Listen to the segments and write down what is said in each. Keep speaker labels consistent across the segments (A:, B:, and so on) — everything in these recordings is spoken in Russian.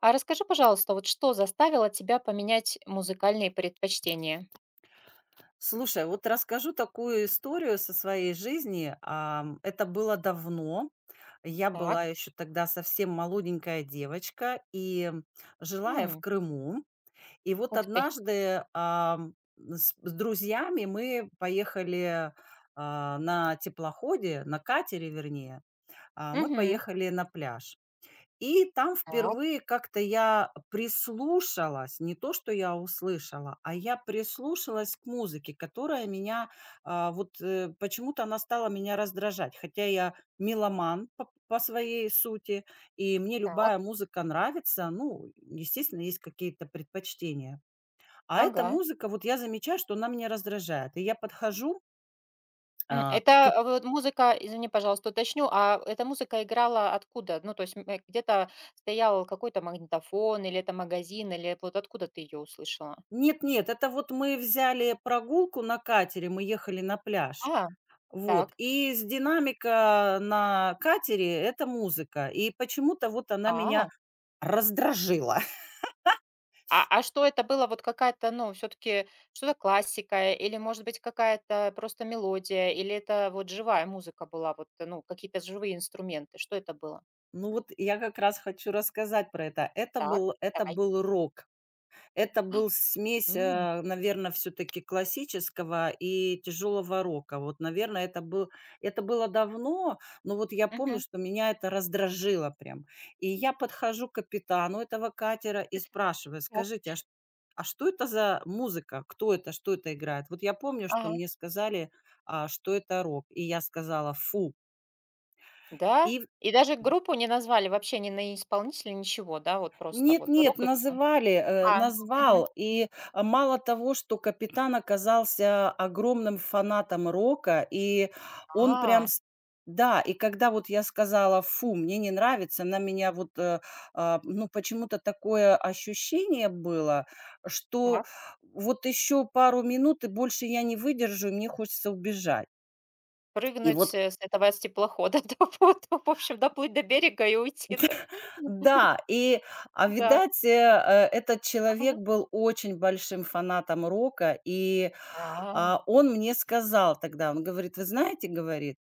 A: А расскажи, пожалуйста, вот что заставило тебя поменять музыкальные предпочтения?
B: Слушай, а вот расскажу такую историю со своей жизни. Это было давно. Я
A: Так.
B: была еще тогда совсем молоденькая девочка и жила я в
A: М,
B: Крыму. И вот
A: ух ты.
B: однажды, ам, с друзьями мы поехали, на теплоходе, на катере вернее, мы
A: Мгм.
B: поехали на пляж. И там
A: Так,
B: впервые как-то я прислушалась, не то, что я услышала, а я прислушалась к музыке, которая меня, вот, почему-то она стала меня раздражать. Хотя я меломан по своей сути, и мне
A: так.
B: любая музыка нравится. Ну, естественно, есть какие-то предпочтения. А эта
A: Ага.
B: музыка, вот я замечаю, что она меня раздражает. И я подхожу,
A: М,
B: а,
A: это
B: к
A: вот музыка, извини, пожалуйста, уточню, а эта музыка играла откуда? Ну, то есть, где-то стоял какой-то магнитофон или это магазин, или вот откуда ты ее услышала?
B: Нет, нет, это вот мы взяли прогулку на катере, мы ехали на пляж.
A: А,
B: Вот,
A: так.
B: и с динамика на катере — это музыка. И почему-то вот она меня
A: А.
B: раздражила.
A: А что это было? Вот какая-то, ну, все таки что-то классика или, может быть, какая-то просто мелодия, или это вот живая музыка была, ну, какие-то живые инструменты? Что это было?
B: Ну вот я как раз хочу рассказать про это. Это
A: Так,
B: был это
A: давай.
B: был рок. Это был смесь,
A: М,
B: наверное, все таки классического и тяжелого рока. Вот, наверное, это было давно, но вот я помню,
A: мгм.
B: что меня это раздражило прям. И я подхожу к капитану этого катера и спрашиваю:
A: Так,
B: «Скажите, а ш а что это за музыка? Кто это? Что это играет?» Вот я помню, что
A: ага.
B: мне сказали, что это рок, и я сказала: «Фу!»
A: Да?
B: И
A: И даже группу не назвали вообще, ни на исполнителя, ничего, да? Вот просто вот
B: Нет-нет,
A: рок и всё.
B: называли,
A: А, мгм.
B: назвал. И, мало того, что капитан оказался огромным фанатом рока, и он прям
A: А,
B: с да, и когда вот я сказала: «Фу, мне не нравится», на меня вот, ну, почему-то такое ощущение было, что
A: так.
B: вот еще пару минут, и больше я не выдержу, и мне хочется убежать. И вот,
A: Прыгнуть с этого с теплохода, да, вот, в общем, доплыть до берега и уйти, да?
B: да, и,
A: Так.
B: видать, этот человек
A: Ага.
B: был очень большим фанатом рока, и
A: А.
B: Он мне сказал тогда, он говорит: «Вы знаете, — говорит, —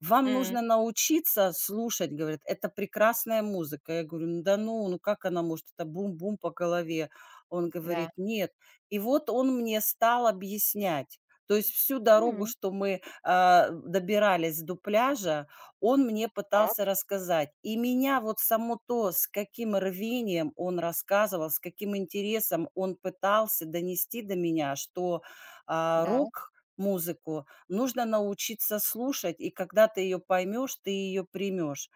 B: вам
A: М.
B: нужно научиться слушать, говорят, это прекрасная музыка. Я говорю, ну да ну, ну как она может, это бум-бум по голове. Он
A: Да.
B: говорит, нет. И вот он мне стал объяснять. То есть всю дорогу,
A: М.
B: что мы добирались до пляжа, он мне пытался
A: Так,
B: рассказать. И меня вот само то, с каким рвением он рассказывал, с каким интересом он пытался донести до меня, что
A: да.
B: рок-музыку нужно научиться слушать, и когда ты ее поймешь, ты ее примешь,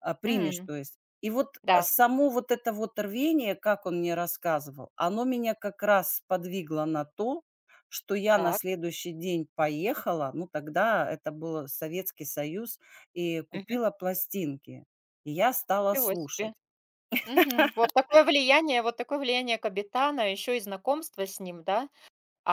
B: а, примешь,
A: М.
B: то есть. И вот,
A: Да,
B: само вот это вот рвение, как он мне рассказывал, оно меня как раз подвигло на то, что я на
A: так.
B: следующий день поехала, ну, тогда это был Советский Союз, и
A: Мгм.
B: купила пластинки. И я стала
A: Ничего
B: слушать.
A: себе. Мгм. Вот такое влияние капитана, еще и знакомство с ним, да?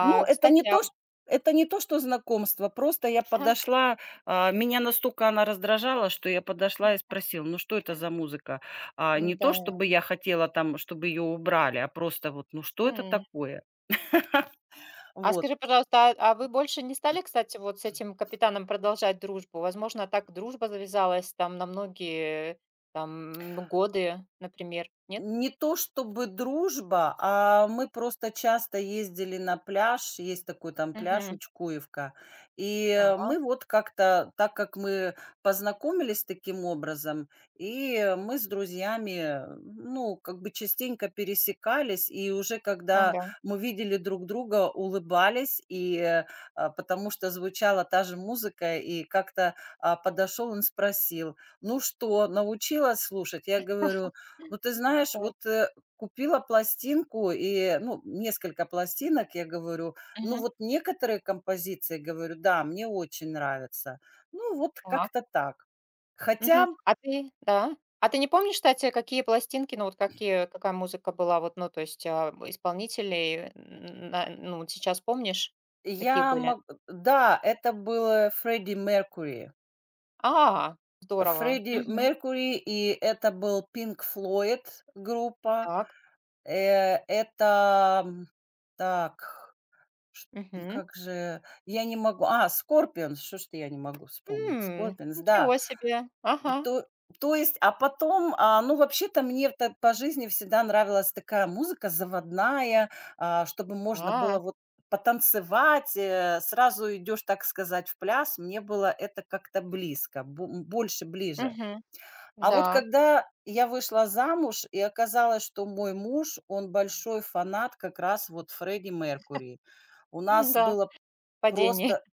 B: Ну,
A: кстати, а в
B: это не то, что знакомство. Просто я
A: ага,
B: подошла, меня настолько она раздражала, что я подошла и спросила: «Ну, что это за музыка?» Не то
A: да
B: чтобы я хотела там, чтобы ее убрали, а просто вот: «Ну, что это
A: М.
B: такое?»
A: А
B: Вот.
A: скажи, пожалуйста, а вы больше не стали, кстати, вот с этим капитаном продолжать дружбу? Возможно, так дружба завязалась там на многие там ну, годы, например, нет?
B: Не то чтобы дружба, а мы просто часто ездили на пляж. Есть такой там пляж
A: Мгм.
B: Учкуевка. И,
A: Ага,
B: мы вот как-то, так как мы познакомились таким образом, и мы с друзьями, ну, как бы частенько пересекались, и уже когда
A: ага.
B: мы видели друг друга, улыбались, и, потому что звучала та же музыка, и как-то, подошел он, спросил: «Ну что, научилась слушать?» Я говорю: ну, ты знаешь,
A: Так.
B: вот, купила пластинку и, ну, несколько пластинок, я говорю. Ну,
A: Мгм.
B: вот некоторые композиции, говорю, да, мне очень нравятся. Ну, вот
A: Так.
B: как-то так. Хотя
A: Мгм. А ты да. А ты не помнишь, кстати, какие пластинки, ну, вот какие какая музыка была, вот, ну, то есть, исполнителей, н на ну, вот сейчас помнишь, какие
B: я
A: были?
B: мог да, это был, Фредди Меркури,
A: А, здорово. Мгм.
B: И это был Pink Floyd группа.
A: Так.
B: Это, м, так Ш
A: Мгм.
B: как же я не могу «Скорпионс», что ж ты я не могу вспомнить,
A: М,
B: «Скорпионс», да.
A: ничего себе. Ага.
B: То То есть, а потом, ну, вообще-то мне та по жизни всегда нравилась такая музыка заводная, чтобы можно было
A: А.
B: вот потанцевать, сразу идешь, так сказать, в пляс. Мне было это как-то близко, больше ближе.
A: Мгм.
B: А вот
A: Да.
B: когда я вышла замуж и оказалось, что мой муж, он большой фанат как раз вот Фредди Меркури. У нас
A: М-да.
B: было
A: Падение.
B: Просто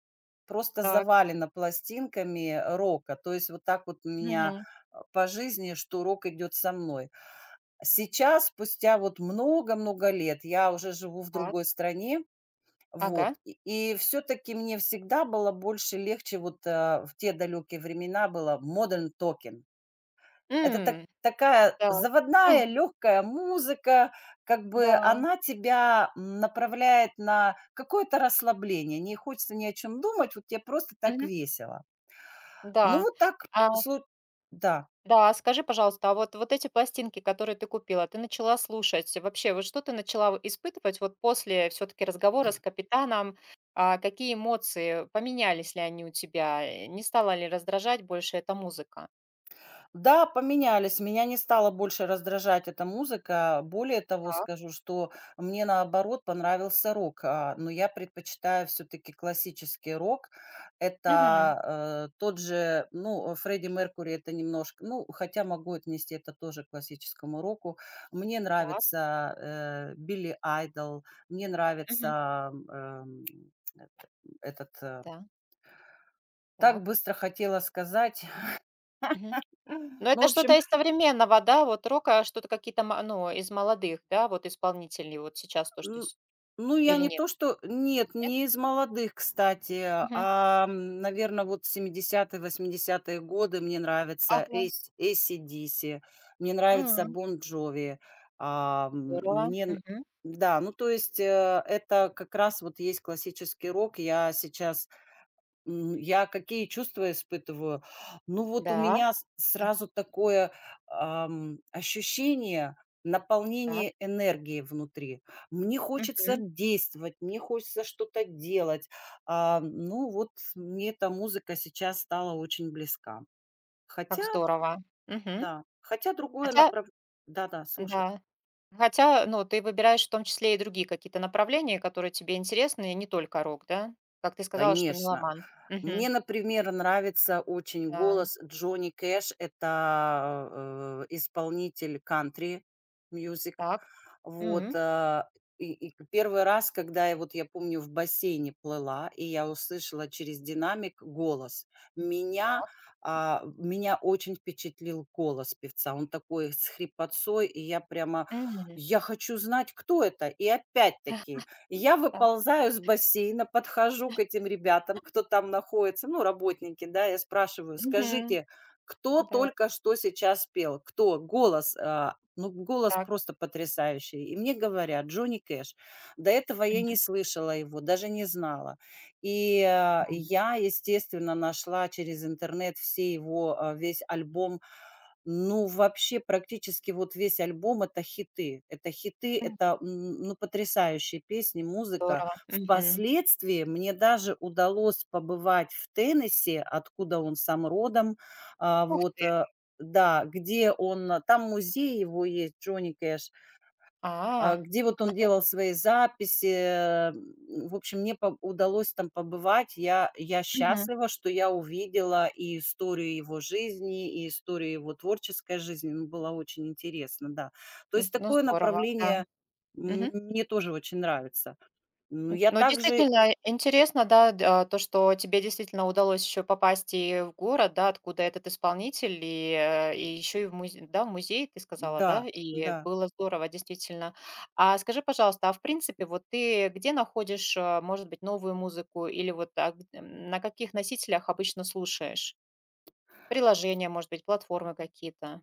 B: просто
A: Так.
B: завалено пластинками рока. То есть вот так вот у меня,
A: Мгм.
B: по жизни, что рок идет со мной. Сейчас, спустя вот много-много лет, я уже живу в
A: Так.
B: другой стране, вот,
A: Ага.
B: и все таки мне всегда было больше легче, вот, в те далекие времена было modern talking. Это
A: М.
B: такая
A: Так.
B: заводная легкая музыка, как бы
A: Да.
B: она тебя, направляет на какое-то расслабление. Не хочется ни о чем думать, вот те просто так
A: Мгм.
B: весело. Ну,
A: Да.
B: вот так
A: А
B: слу да.
A: Да, скажи, пожалуйста, а вот вот эти пластинки, которые ты купила, ты начала слушать. Вообще, вот что ты начала испытывать вот после все таки разговора с капитаном? А, какие эмоции? Поменялись ли они у тебя? Не стала ли раздражать больше эта музыка?
B: Да, поменялись. Меня не стала больше раздражать эта музыка. Более того,
A: Так.
B: скажу, что мне наоборот понравился рок, но я предпочитаю все-таки классический рок.
A: Мгм.
B: Это тот же, ну, Фредди Меркури это немножко, ну, хотя могу отнести это тоже к классическому року. Мне
A: Так.
B: нравится Билли Айдол, мне
A: Мгм.
B: нравится э, этот... э,
A: Да.
B: так
A: Так.
B: быстро хотела сказать.
A: Мгм. Но
B: Ну, в
A: это что-то
B: общем,
A: из современного, да, вот рока, а что-то какие-то ма ну, из молодых, да, вот исполнителей вот сейчас то, что
B: Н
A: с
B: ну, я
A: или
B: не
A: нет?
B: то что нет,
A: Нет?
B: не из молодых, кстати,
A: Мгм.
B: наверное, вот 70-е годы мне нравится
A: Ага.
B: эйс AC/DC, мне нравится
A: М.
B: Бон Джови, а, м,
A: Здорово.
B: мне н
A: Мгм.
B: да, ну, то есть, это как раз вот есть классический рок. Я какие чувства испытываю? Ну, вот у
A: Да.
B: меня с
A: Да.
B: сразу такое, ощущение
A: Так.
B: наполнения энергией внутри. Мне хочется
A: Мгм.
B: действовать, мне хочется что-то делать. Ну, вот мне эта музыка сейчас стала очень близка. Хотя,
A: Как здорово. Мгм.
B: да, хотя другое
A: Хотя,
B: направление. Да-да, слушай.
A: да. Хотя, ну, ты выбираешь в том числе и другие какие-то направления, которые тебе интересны, и не только рок, да? Как ты сказала, что
B: Конечно.
A: меломан.
B: Мне,
A: Мгм.
B: например, нравится очень
A: Да.
B: голос Джонни Кэш. Это, исполнитель кантри мьюзик.
A: Так.
B: Вот,
A: М.
B: а, и к раз, когда я, вот я помню, в бассейне плыла, и я услышала через динамик голос. Меня,
A: Так.
B: Меня очень впечатлил голос певца. Он такой с хрипотцой, и я прямо:
A: Мгм.
B: «Я хочу знать, кто это». И опять-таки я
A: Так.
B: выползаю с бассейна, подхожу к этим ребятам, кто там находится, ну, работники, да, я спрашиваю:
A: Мгм.
B: «Скажите, кто
A: Да.
B: только что сейчас пел? Кто?» Ну, голос
A: Так.
B: просто потрясающий. И мне говорят: «Джонни Кэш». До этого я не
A: Мгм.
B: слышала его, даже не знала. И,
A: М.
B: я, естественно, нашла через интернет все его, весь альбом, ну, вообще практически вот весь альбом — это хиты. Это хиты,
A: М.
B: это, ну, потрясающие песни, музыка.
A: Здорово. Мгм.
B: Впоследствии мне даже удалось побывать в Теннесси, откуда он сам родом.
A: Ух
B: Вот,
A: ты.
B: да, где он, там музей его есть, Джонни Кэш,
A: А.
B: где вот он
A: Ага.
B: делал свои записи. В общем, мне по удалось там побывать. Я
A: Мгм.
B: счастлива, что я увидела и историю его жизни, и историю его творческой жизни. Ну, было очень интересно, да. То
A: М,
B: есть
A: ну
B: такое
A: здорово, да.
B: направление,
A: Мгм.
B: мне тоже очень нравится. Ну,
A: М,
B: я
A: ну,
B: также
A: действительно интересно, да, д а, то, что тебе действительно удалось еще попасть и в город, да, откуда этот исполнитель, и еще и в музей, да, в музей, ты сказала,
B: да,
A: да? И
B: да.
A: было здорово, действительно. А скажи, пожалуйста, а в принципе, вот ты где находишь, может быть, новую музыку или вот, на каких носителях обычно слушаешь? Приложения, может быть, платформы какие-то?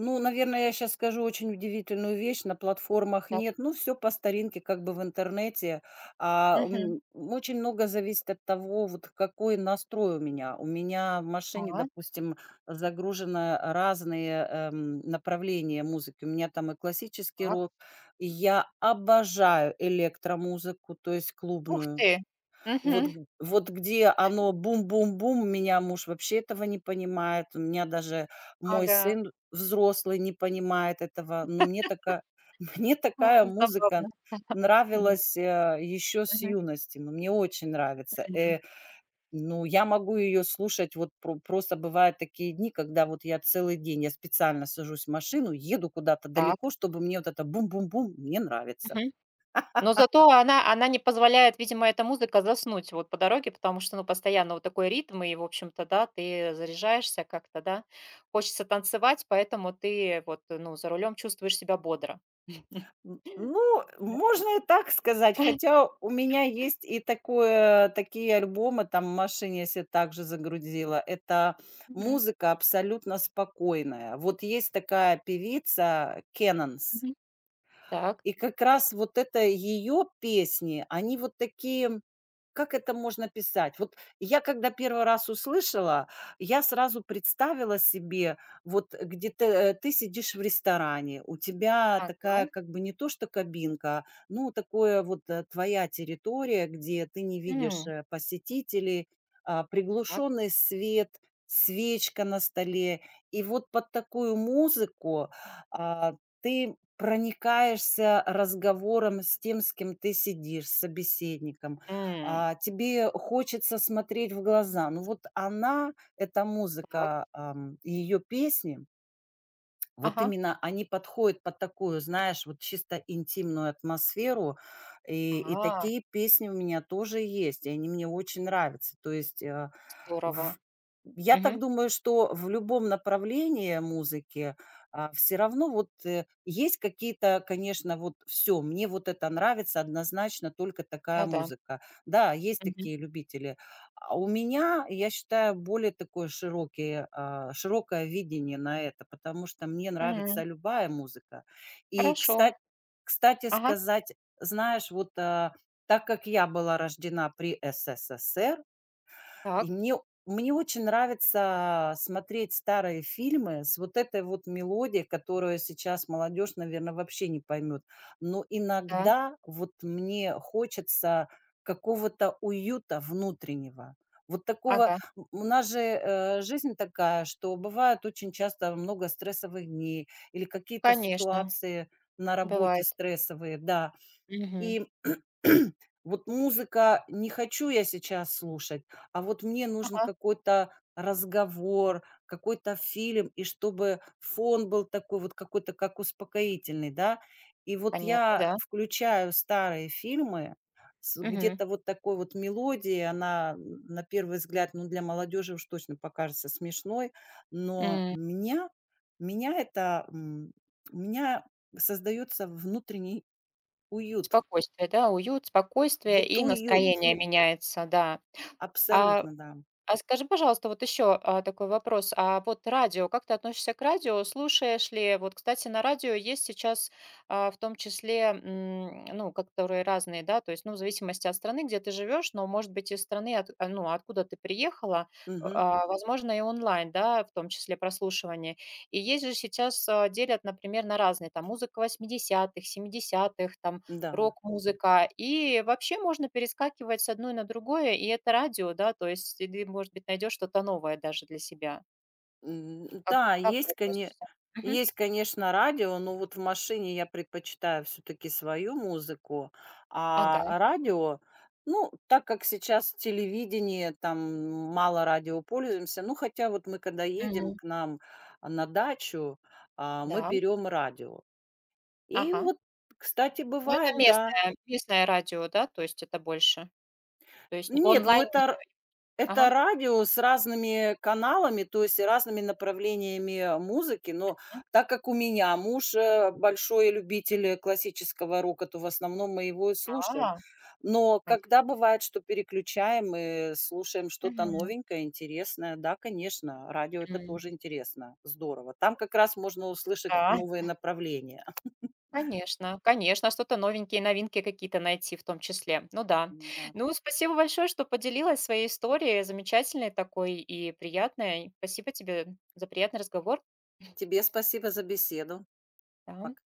B: Ну, наверное, я сейчас скажу очень удивительную вещь. На платформах
A: Так.
B: нет. Ну, все по старинке, как бы в интернете.
A: Мгм.
B: Очень много зависит от того, вот какой настрой у меня. У меня в машине,
A: А,
B: допустим, загружено разные, направления музыки. У меня там и классический
A: так.
B: рок, и я обожаю электромузыку, то есть
A: Ух
B: клубную.
A: ты!
B: Вот
A: Мгм.
B: г Вот где оно бум-бум-бум, меня муж вообще этого не понимает, у меня даже мой
A: Ага.
B: сын взрослый не понимает этого. Мне
A: А,
B: такая музыка
A: забавно. Да.
B: нравилась, еще с
A: Мгм.
B: юности, но мне очень нравится. Ну, я могу ее слушать, вот просто бывают такие дни, когда вот я целый день, я специально сажусь в машину, еду куда-то
A: Так.
B: далеко, чтобы мне вот это бум-бум-бум, мне нравится.
A: Мгм. Но зато она не позволяет, видимо, эта музыка заснуть вот по дороге, потому что, ну, постоянно вот такой ритм, и, в общем-то, да, ты заряжаешься как-то, да. Хочется танцевать, поэтому ты вот, ну, за рулем чувствуешь себя бодро.
B: Ну,
A: Да?
B: можно и так сказать, хотя у меня есть и такое такие альбомы, там, в машине я се также загрузила. Это
A: Мгм.
B: музыка абсолютно спокойная. Вот есть такая певица Cannons,
A: Мгм. Так.
B: и как раз вот это ее песни, они вот такие как это можно писать? Вот я когда первый раз услышала, я сразу представила себе, вот где ты, ты сидишь в ресторане, у тебя такая
A: Ага.
B: как бы не то что кабинка, ну, такое вот, твоя территория, где ты не видишь,
A: М.
B: посетителей,
A: Так.
B: приглушенный свет, свечка на столе. И вот под такую музыку, а, ты проникаешься разговором с тем, с кем ты сидишь, с собеседником,
A: М.
B: тебе хочется смотреть в глаза. Ну вот она, эта
A: Так.
B: музыка, ее песни, вот
A: Ага.
B: именно они подходят под такую, знаешь, вот чисто интимную атмосферу. И
A: А,
B: такие песни у меня тоже есть, и они мне очень нравятся. То есть э, в
A: здорово.
B: я так
A: Мгм.
B: думаю, что в любом направлении музыки, все равно вот, есть какие-то, конечно, вот: «Все, мне вот это нравится, однозначно только такая
A: Ну да.
B: музыка». Да, есть
A: Мгм.
B: такие любители. А у меня, я считаю, более широкое видение на это, потому что мне нравится
A: М.
B: любая музыка. И,
A: Хорошо.
B: кстати,
A: Ага.
B: сказать, знаешь, вот, так как я была рождена при СССР
A: Так.
B: и мне очень нравится смотреть старые фильмы с вот этой вот мелодией, которую сейчас молодежь, наверное, вообще не поймет. Но
A: Да.
B: иногда вот мне хочется какого-то уюта внутреннего. Вот такого
A: Ага.
B: у нас же, жизнь такая, что бывает очень часто много стрессовых дней или какие-то
A: Конечно.
B: ситуации на работе
A: Бывает.
B: стрессовые, да.
A: Мгм.
B: И вот музыка не хочу я сейчас слушать, а вот мне нужен
A: Ага.
B: какой-то разговор, какой-то фильм, и чтобы фон был такой вот какой-то как успокоительный, да. И вот
A: Понятно,
B: я
A: да.
B: включаю старые фильмы с
A: Мгм.
B: где-то вот такой вот мелодией, она н на первый взгляд, ну, для молодежи уж точно покажется смешной, но
A: М.
B: меня это, у меня создается внутренний уют.
A: Спокойствие, да, уют, спокойствие
B: Вот
A: и
B: уют.
A: настроение меняется, да. А
B: Абсолютно, да.
A: А скажи, пожалуйста, вот еще, такой вопрос. А вот радио, как ты относишься к радио? Слушаешь ли? Вот, кстати, на радио есть сейчас, в том числе, ну, которые разные, да, то есть, ну, в зависимости от страны, где ты живешь, но, может быть, из страны, от, ну, откуда ты приехала,
B: Мгм.
A: а, Мгм. Возможно, и онлайн, да, в том числе прослушивание. И есть же сейчас, делят, например, на разные, там, музыка 80-х, 70-х, там,
B: Да.
A: рок-музыка. И вообще можно перескакивать с одной на другое, и это радио, да, то есть и ты, может быть, найдешь что-то новое даже для себя. Как
B: Да,
A: как
B: есть,
A: ты
B: коне
A: относишься? Мгм.
B: есть, конечно, радио, но вот в машине я предпочитаю все таки свою музыку,
A: Ага.
B: а радио, ну, так как сейчас телевидение, там мало радио пользуемся, ну, хотя вот мы когда едем
A: Мгм.
B: к нам, на дачу, мы
A: Да.
B: берем радио. И
A: Ага.
B: вот, кстати,
A: Ну, это
B: бывает, да.
A: местное радио, да, то есть это больше? То есть
B: Нет,
A: онлайн не
B: это
A: Ага.
B: радио с разными каналами, то есть разными направлениями музыки. Но
A: Мгм.
B: так как у меня муж, большой любитель классического рока, то в основном мы его и
A: А,
B: слушаем. Но
A: понятно.
B: когда бывает, что переключаем и слушаем что-то
A: Мгм.
B: новенькое, интересное, да, конечно, радио это
A: М.
B: тоже интересно, здорово. Там как раз можно услышать
A: Да.
B: новые направления.
A: Конечно, конечно, что-то новенькие, новинки какие-то найти в том числе. Ну да.
B: Да.
A: Ну, спасибо большое, что поделилась своей историей, замечательной такой и приятной. Спасибо тебе за приятный разговор.
B: Тебе спасибо за беседу. Пока.
A: Да.